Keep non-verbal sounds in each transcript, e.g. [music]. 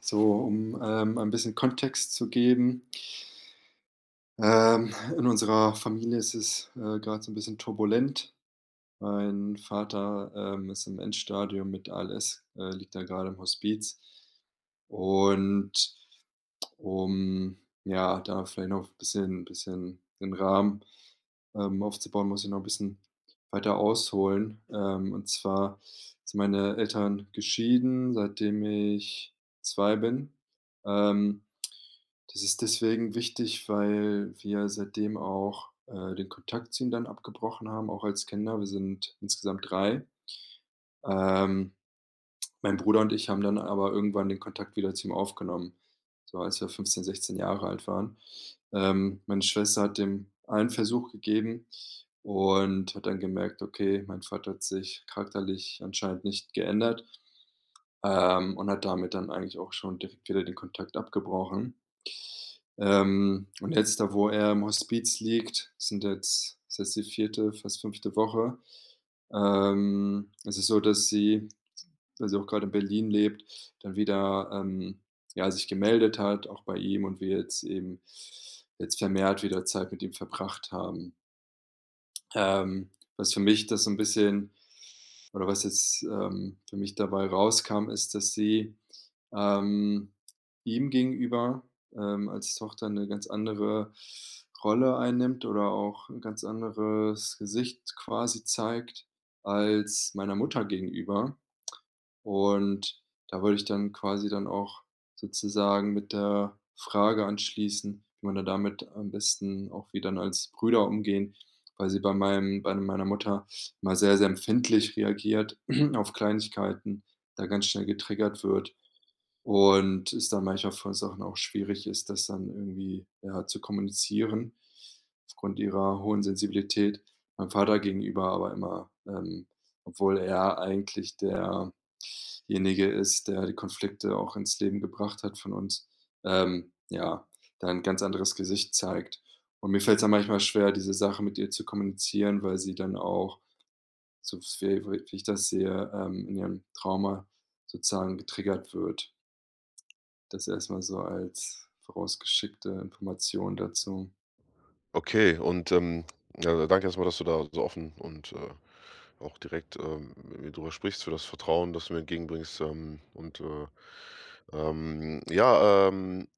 So, ein bisschen Kontext zu geben. In unserer Familie ist es, grad so ein bisschen turbulent. Mein Vater ist im Endstadium mit ALS, liegt da gerade im Hospiz. Und um, ja, da vielleicht noch ein bisschen den Rahmen, aufzubauen, muss ich noch 'n bisschen weiter ausholen. Und zwar sind meine Eltern geschieden, seitdem ich 2 bin. Ähm, Das ist deswegen wichtig, weil wir seitdem auch den Kontakt zu ihnen dann abgebrochen haben, auch als Kinder. Wir sind insgesamt 3. Ähm Mein Bruder und ich haben dann aber irgendwann den Kontakt wieder zu ihm aufgenommen, so als wir 15, 16 Jahre alt waren. Meine Schwester hat dem einen Versuch gegeben und hat dann gemerkt: „Okay, mein Vater hat sich charakterlich anscheinend nicht geändert", und hat damit dann eigentlich auch schon direkt wieder den Kontakt abgebrochen. Und jetzt da, wo er im Hospiz liegt, sind jetzt ist jetzt die 4., fast 5. Woche, es ist so, dass sie, weil sie auch gerade in Berlin lebt, dann wieder, ja, sich gemeldet hat, auch bei ihm und wir jetzt eben jetzt vermehrt wieder Zeit mit ihm verbracht haben. Ähm, Was für mich das so ein bisschen oder was jetzt, für mich dabei rauskam, ist, dass sie, ähm, ihm gegenüber, als Tochter eine ganz andere Rolle einnimmt oder auch ein ganz anderes Gesicht quasi zeigt als meiner Mutter gegenüber. Und da wollte ich dann quasi dann auch sozusagen mit der Frage anschließen, wie man da damit am besten auch wie dann als Brüder umgehen, weil sie bei meiner Mutter mal sehr, sehr empfindlich reagiert [clears throat] auf Kleinigkeiten, da ganz schnell getriggert wird und es dann manchmal von Sachen auch schwierig ist, das dann irgendwie, ja, zu kommunizieren aufgrund ihrer hohen Sensibilität. Meinem Vater gegenüber aber immer, obwohl er eigentlich derjenige ist, der die Konflikte auch ins Leben gebracht hat von uns, ja, da 'n ganz anderes Gesicht zeigt. Und mir fällt es dann manchmal schwer, diese Sache mit ihr zu kommunizieren, weil sie dann auch, so wie ich das sehe, in ihrem Trauma sozusagen getriggert wird. Das erstmal so als vorausgeschickte Information dazu. Okay. Ja, danke erstmal, dass du da so offen und auch direkt, mit mir drüber sprichst, für das Vertrauen, das du mir entgegenbringst, ähm, ja, ähm,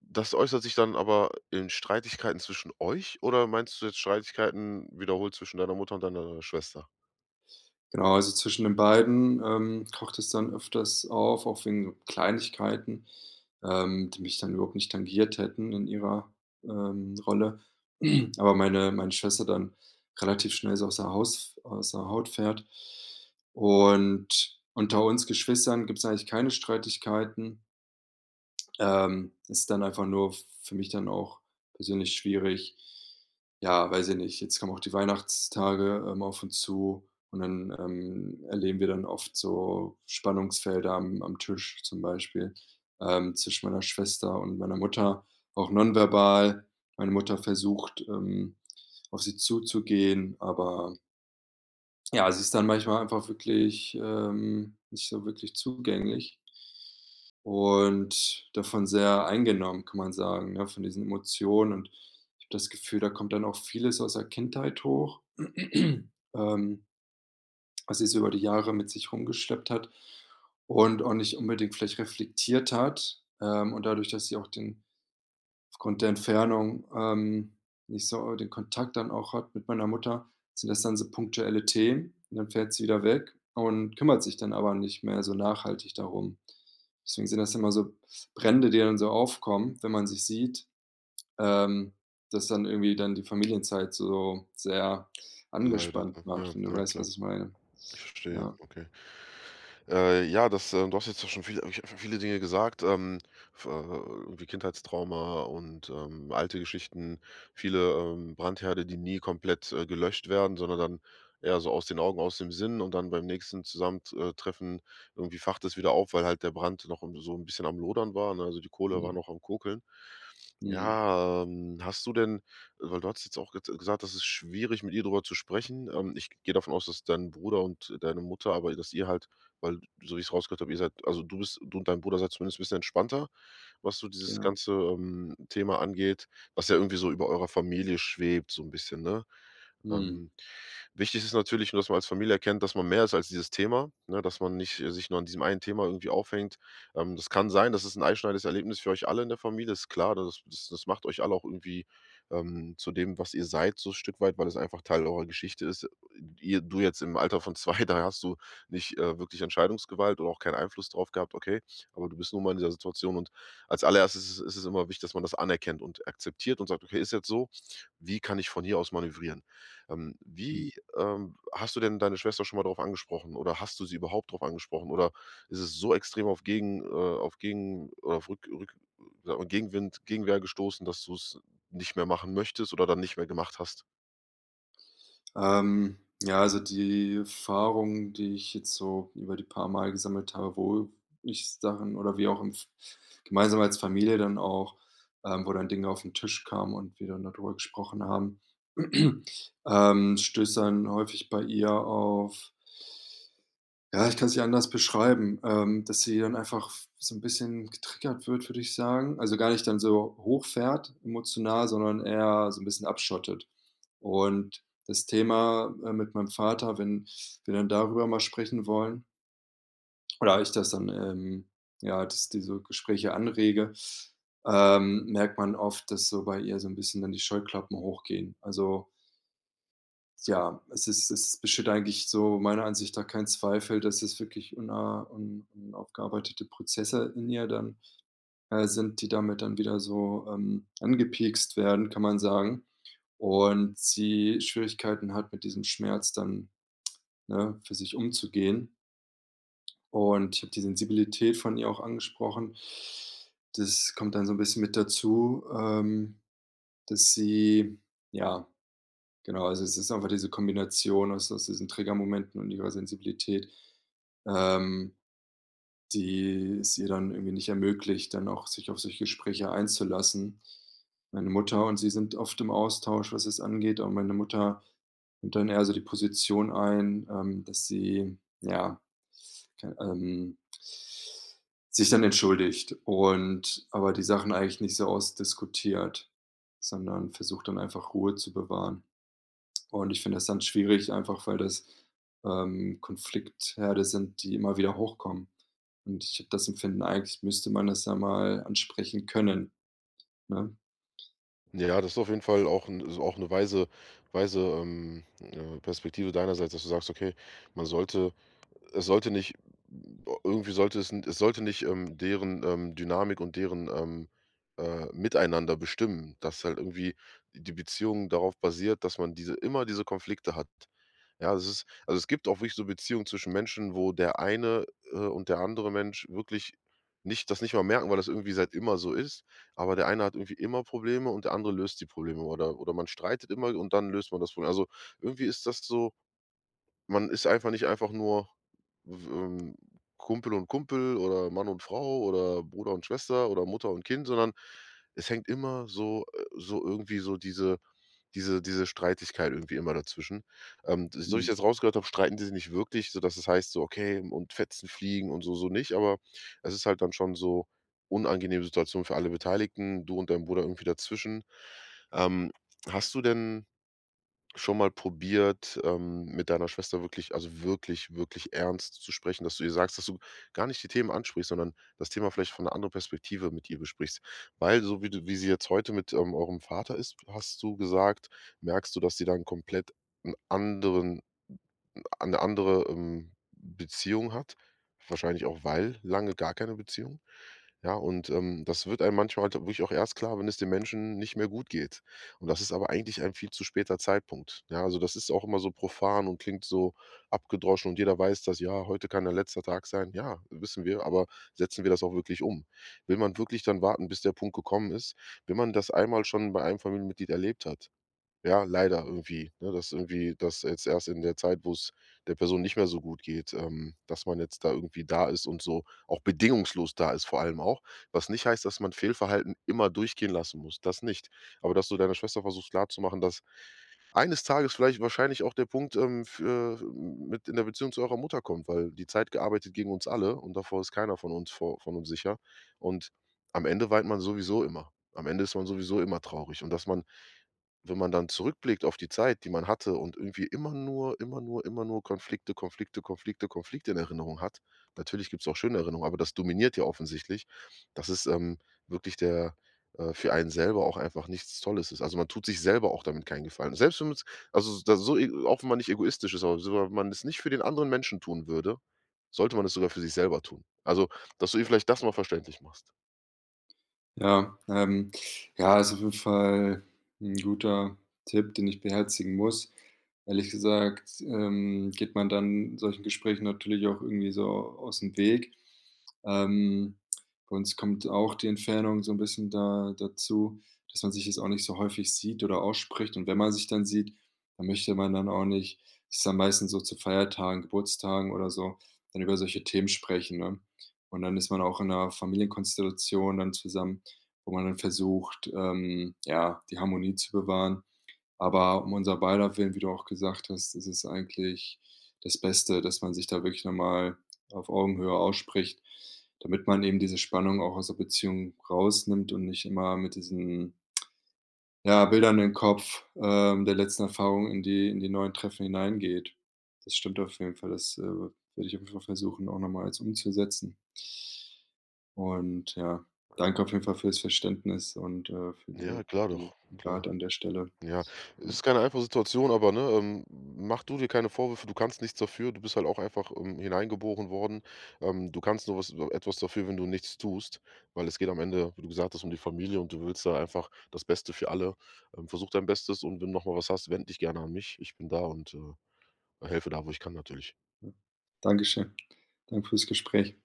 das äußert sich dann aber in Streitigkeiten zwischen euch, oder meinst du jetzt Streitigkeiten wiederholt zwischen deiner Mutter und deiner Schwester? Genau, also zwischen den beiden, kocht es dann öfters auf, auch wegen so Kleinigkeiten, die mich dann überhaupt nicht tangiert hätten in ihrer, Rolle. [clears throat] Aber meine Schwester dann relativ schnell so aus der Haut fährt. Und unter uns Geschwistern gibt es eigentlich keine Streitigkeiten. Ist dann einfach nur für mich dann auch persönlich schwierig. Ja, weiß ich nicht. Jetzt kommen auch die Weihnachtstage, auf uns zu und dann, erleben wir dann oft so Spannungsfelder am Tisch zum Beispiel, zwischen meiner Schwester und meiner Mutter, auch nonverbal. Meine Mutter versucht, auf sie zuzugehen, aber ja, sie ist dann manchmal einfach wirklich, nicht so wirklich zugänglich und davon sehr eingenommen, kann man sagen, ne, von diesen Emotionen. Und ich habe das Gefühl, da kommt dann auch vieles aus der Kindheit hoch, [clears throat] was sie so über die Jahre mit sich rumgeschleppt hat und auch nicht unbedingt vielleicht reflektiert hat. Und dadurch, dass sie auch den aufgrund der Entfernung, nicht so den Kontakt dann auch hat mit meiner Mutter, sind das dann so punktuelle Themen und dann fährt sie wieder weg und kümmert sich dann aber nicht mehr so nachhaltig darum. Deswegen sind das immer so Brände, die dann so aufkommen, wenn man sich sieht, ähm, dass dann irgendwie dann die Familienzeit so sehr Leidet, angespannt ne? macht, Ja, wenn du ja weißt, klar. was ich meine. Ich verstehe, Ja, okay. Ja, du hast jetzt ja schon viele Dinge gesagt, f irgendwie Kindheitstrauma und, alte Geschichten, viele, Brandherde, die nie komplett, gelöscht werden, sondern dann eher so aus den Augen, aus dem Sinn, und dann beim nächsten Zusammentreffen irgendwie facht es wieder auf, weil halt der Brand noch so ein bisschen am Lodern war, ne? Also, die Kohle war mhm, noch am Kokeln. mhm, Ja, hast du denn, weil du hast jetzt auch gez gesagt, das ist schwierig, mit ihr drüber zu sprechen. Ich gehe davon aus, dass dein Bruder und deine Mutter, aber dass ihr halt, weil so wie ich es rausgehört habe, ihr seid, also du bist, du und dein Bruder seid zumindest ein bisschen entspannter, was so dieses genau. ganze, Thema angeht, was ja irgendwie so über eurer Familie schwebt so ein bisschen, ne? Mhm, Ähm Wichtig ist natürlich nur, dass man als Familie erkennt, dass man mehr ist als dieses Thema, ne, dass man nicht sich nur an diesem einen Thema irgendwie aufhängt. Das kann sein, das ist ein einschneidendes Erlebnis für euch alle in der Familie, ist klar, ne. Das macht euch alle auch irgendwie, zu dem, was ihr seid, so ein Stück weit, weil es einfach Teil eurer Geschichte ist. Ihr Du jetzt im Alter von 2, [laughs] da hast du nicht, wirklich Entscheidungsgewalt oder auch keinen Einfluss drauf gehabt, okay, aber du bist nun mal in dieser Situation, und als allererstes ist es immer wichtig, dass man das anerkennt und akzeptiert und sagt: „Okay, ist jetzt so. Wie kann ich von hier aus manövrieren?“ ähm, mhm. wie, ähm, hast du denn deine Schwester schon mal darauf angesprochen, oder hast du sie überhaupt darauf angesprochen, oder ist es so extrem auf Gegen, oder auf Rück Rück sage mal, Gegenwind, Gegenwehr gestoßen, dass du es nicht mehr machen möchtest oder dann nicht mehr gemacht hast? Ähm, ja, also die Erfahrung, die ich jetzt so über die paar Mal gesammelt habe, wo ich Sachen oder wir auch im F gemeinsam als Familie dann auch, wo dann Dinge auf den Tisch kamen und wir dann darüber gesprochen haben, [clears throat] stößt dann häufig bei ihr auf, ja, ich kann es nicht anders beschreiben, dass sie dann einfach f so ein bisschen getriggert wird, würde ich sagen. Also, gar nicht dann so hochfährt emotional, sondern eher so ein bisschen abschottet. Und das Thema, mit meinem Vater, wenn wir dann darüber mal sprechen wollen oder ich das dann, ja, dass diese Gespräche anrege, merkt man oft, dass so bei ihr so ein bisschen dann die Scheuklappen hochgehen. Also ja, es besteht eigentlich so meiner Ansicht nach kein Zweifel, dass es wirklich unaufgearbeitete Prozesse in ihr dann, sind, die damit dann wieder so, angepiekst werden, kann man sagen. Und sie Schwierigkeiten hat, mit diesem Schmerz dann, ne, für sich umzugehen. Und ich habe die Sensibilität von ihr auch angesprochen. Das kommt dann so ein bisschen mit dazu, dass sie, ja. Genau, also es ist einfach diese Kombination aus diesen Triggermomenten und ihrer Sensibilität, ähm, die es ihr dann irgendwie nicht ermöglicht, dann auch sich auf solche Gespräche einzulassen. Meine Mutter und sie sind oft im Austausch, was es angeht, aber meine Mutter nimmt dann eher so die Position ein, dass sie, ja, ke sich dann entschuldigt und aber die Sachen eigentlich nicht so ausdiskutiert, sondern versucht dann einfach Ruhe zu bewahren. Und ich finde das dann schwierig, einfach weil das, Konfliktherde sind, die immer wieder hochkommen. Und ich habe das Empfinden, eigentlich müsste man das ja mal ansprechen können, ne? Ja, das ist auf jeden Fall auch 'n, ist auch 'ne weise, weise Perspektive deinerseits, dass du sagst: „Okay, man sollte, es sollte nicht irgendwie, sollte es es sollte nicht, deren, Dynamik und deren, Miteinander bestimmen, dass halt irgendwie die Beziehung darauf basiert, dass man diese, immer diese Konflikte hat. Ja, es ist, also, es gibt auch wirklich so Beziehungen zwischen Menschen, wo der eine, und der andere Mensch wirklich nicht, das nicht mal merken, weil das irgendwie seit immer so ist, aber der eine hat irgendwie immer Probleme und der andere löst die Probleme, oder man streitet immer und dann löst man das Problem. Also, irgendwie ist das so, man ist einfach nicht einfach nur w Kumpel und Kumpel oder Mann und Frau oder Bruder und Schwester oder Mutter und Kind, sondern es hängt immer so, so irgendwie, so diese diese Streitigkeit irgendwie immer dazwischen. So wie ich Mhm. das rausgehört habe, streiten die sich nicht wirklich, sodass es heißt so: „Okay, und Fetzen fliegen“ und so, so nicht, aber es ist halt dann schon so unangenehme Situation für alle Beteiligten, du und dein Bruder irgendwie dazwischen. Ähm, hast du denn schon mal probiert, mit deiner Schwester wirklich, also wirklich, wirklich ernst zu sprechen, dass du ihr sagst, dass du gar nicht die Themen ansprichst, sondern das Thema vielleicht von einer anderen Perspektive mit ihr besprichst? Weil so wie du, wie sie jetzt heute mit, eurem Vater ist, hast du gesagt, merkst du, dass sie dann komplett einen anderen eine andere, Beziehung hat, wahrscheinlich auch, weil lange gar keine Beziehung. Ja, und, das wird einem manchmal halt wirklich auch erst klar, wenn es dem Menschen nicht mehr gut geht. Und das ist aber eigentlich ein viel zu später Zeitpunkt. Ja, also, das ist auch immer so profan und klingt so abgedroschen, und jeder weiß, dass: „Ja, heute kann der letzte Tag sein.“ Ja, wissen wir, aber setzen wir das auch wirklich um? Will man wirklich dann warten, bis der Punkt gekommen ist, wenn man das einmal schon bei einem Familienmitglied erlebt hat? Ja, leider irgendwie, ne, dass irgendwie, dass jetzt erst in der Zeit, wo es der Person nicht mehr so gut geht, dass man jetzt da irgendwie da ist und so auch bedingungslos da ist, vor allem auch. Was nicht heißt, dass man Fehlverhalten immer durchgehen lassen muss, das nicht. Aber dass du deiner Schwester versuchst klarzumachen, dass eines Tages vielleicht wahrscheinlich auch der Punkt, für, mit in der Beziehung zu eurer Mutter kommt, weil die Zeit gearbeitet gegen uns alle, und davor ist keiner von uns sicher. Und am Ende weint man sowieso immer. Am Ende ist man sowieso immer traurig, und dass man, wenn man dann zurückblickt auf die Zeit, die man hatte, und irgendwie immer nur Konflikte, Konflikte, Konflikte, Konflikte in Erinnerung hat, natürlich gibt's auch schöne Erinnerungen, aber das dominiert ja offensichtlich, dass es, wirklich der für einen selber auch einfach nichts Tolles ist. Also, man tut sich selber auch damit keinen Gefallen. Selbst wenn man es, also, da so e, auch wenn man nicht egoistisch ist, aber sogar wenn man es nicht für den anderen Menschen tun würde, sollte man es sogar für sich selber tun. Also, dass du ihr vielleicht das mal verständlich machst. Ja, ja, ist auf jeden Fall ein guter Tipp, den ich beherzigen muss. Ehrlich gesagt, geht man dann solchen Gesprächen natürlich auch irgendwie so aus dem Weg. Ähm, Bei uns kommt auch die Entfernung so ein bisschen da dazu, dass man sich jetzt auch nicht so häufig sieht oder ausspricht. Und wenn man sich dann sieht, dann möchte man dann auch nicht. Das ist dann meistens so zu Feiertagen, Geburtstagen oder so, dann über solche Themen sprechen, ne? Und dann ist man auch in 'ner Familienkonstellation dann zusammen, wo man dann versucht, ja, die Harmonie zu bewahren. Aber um unser beider Willen, wie du auch gesagt hast, ist es eigentlich das Beste, dass man sich da wirklich nochmal auf Augenhöhe ausspricht, damit man eben diese Spannung auch aus der Beziehung rausnimmt und nicht immer mit diesen, ja, Bildern im Kopf, der letzten Erfahrung in die neuen Treffen hineingeht. Das stimmt auf jeden Fall. Das werde ich auf jeden Fall versuchen, auch noch mal jetzt umzusetzen. Und ja, danke auf jeden Fall fürs Verständnis und, für Ja, die klar doch, die klar. Rat an der Stelle. Ja, Ja, ist keine einfache Situation, aber, ne, mach du dir keine Vorwürfe, du kannst nichts dafür, du bist halt auch einfach, hineingeboren worden. Du kannst nur was, etwas dafür, wenn du nichts tust, weil es geht am Ende, wie du gesagt hast, um die Familie, und du willst da einfach das Beste für alle. Versuch dein Bestes, und wenn du nochmal was hast, wend dich gerne an mich. Ich bin da und, helfe da, wo ich kann, natürlich. ja. Dankeschön. Danke fürs Gespräch.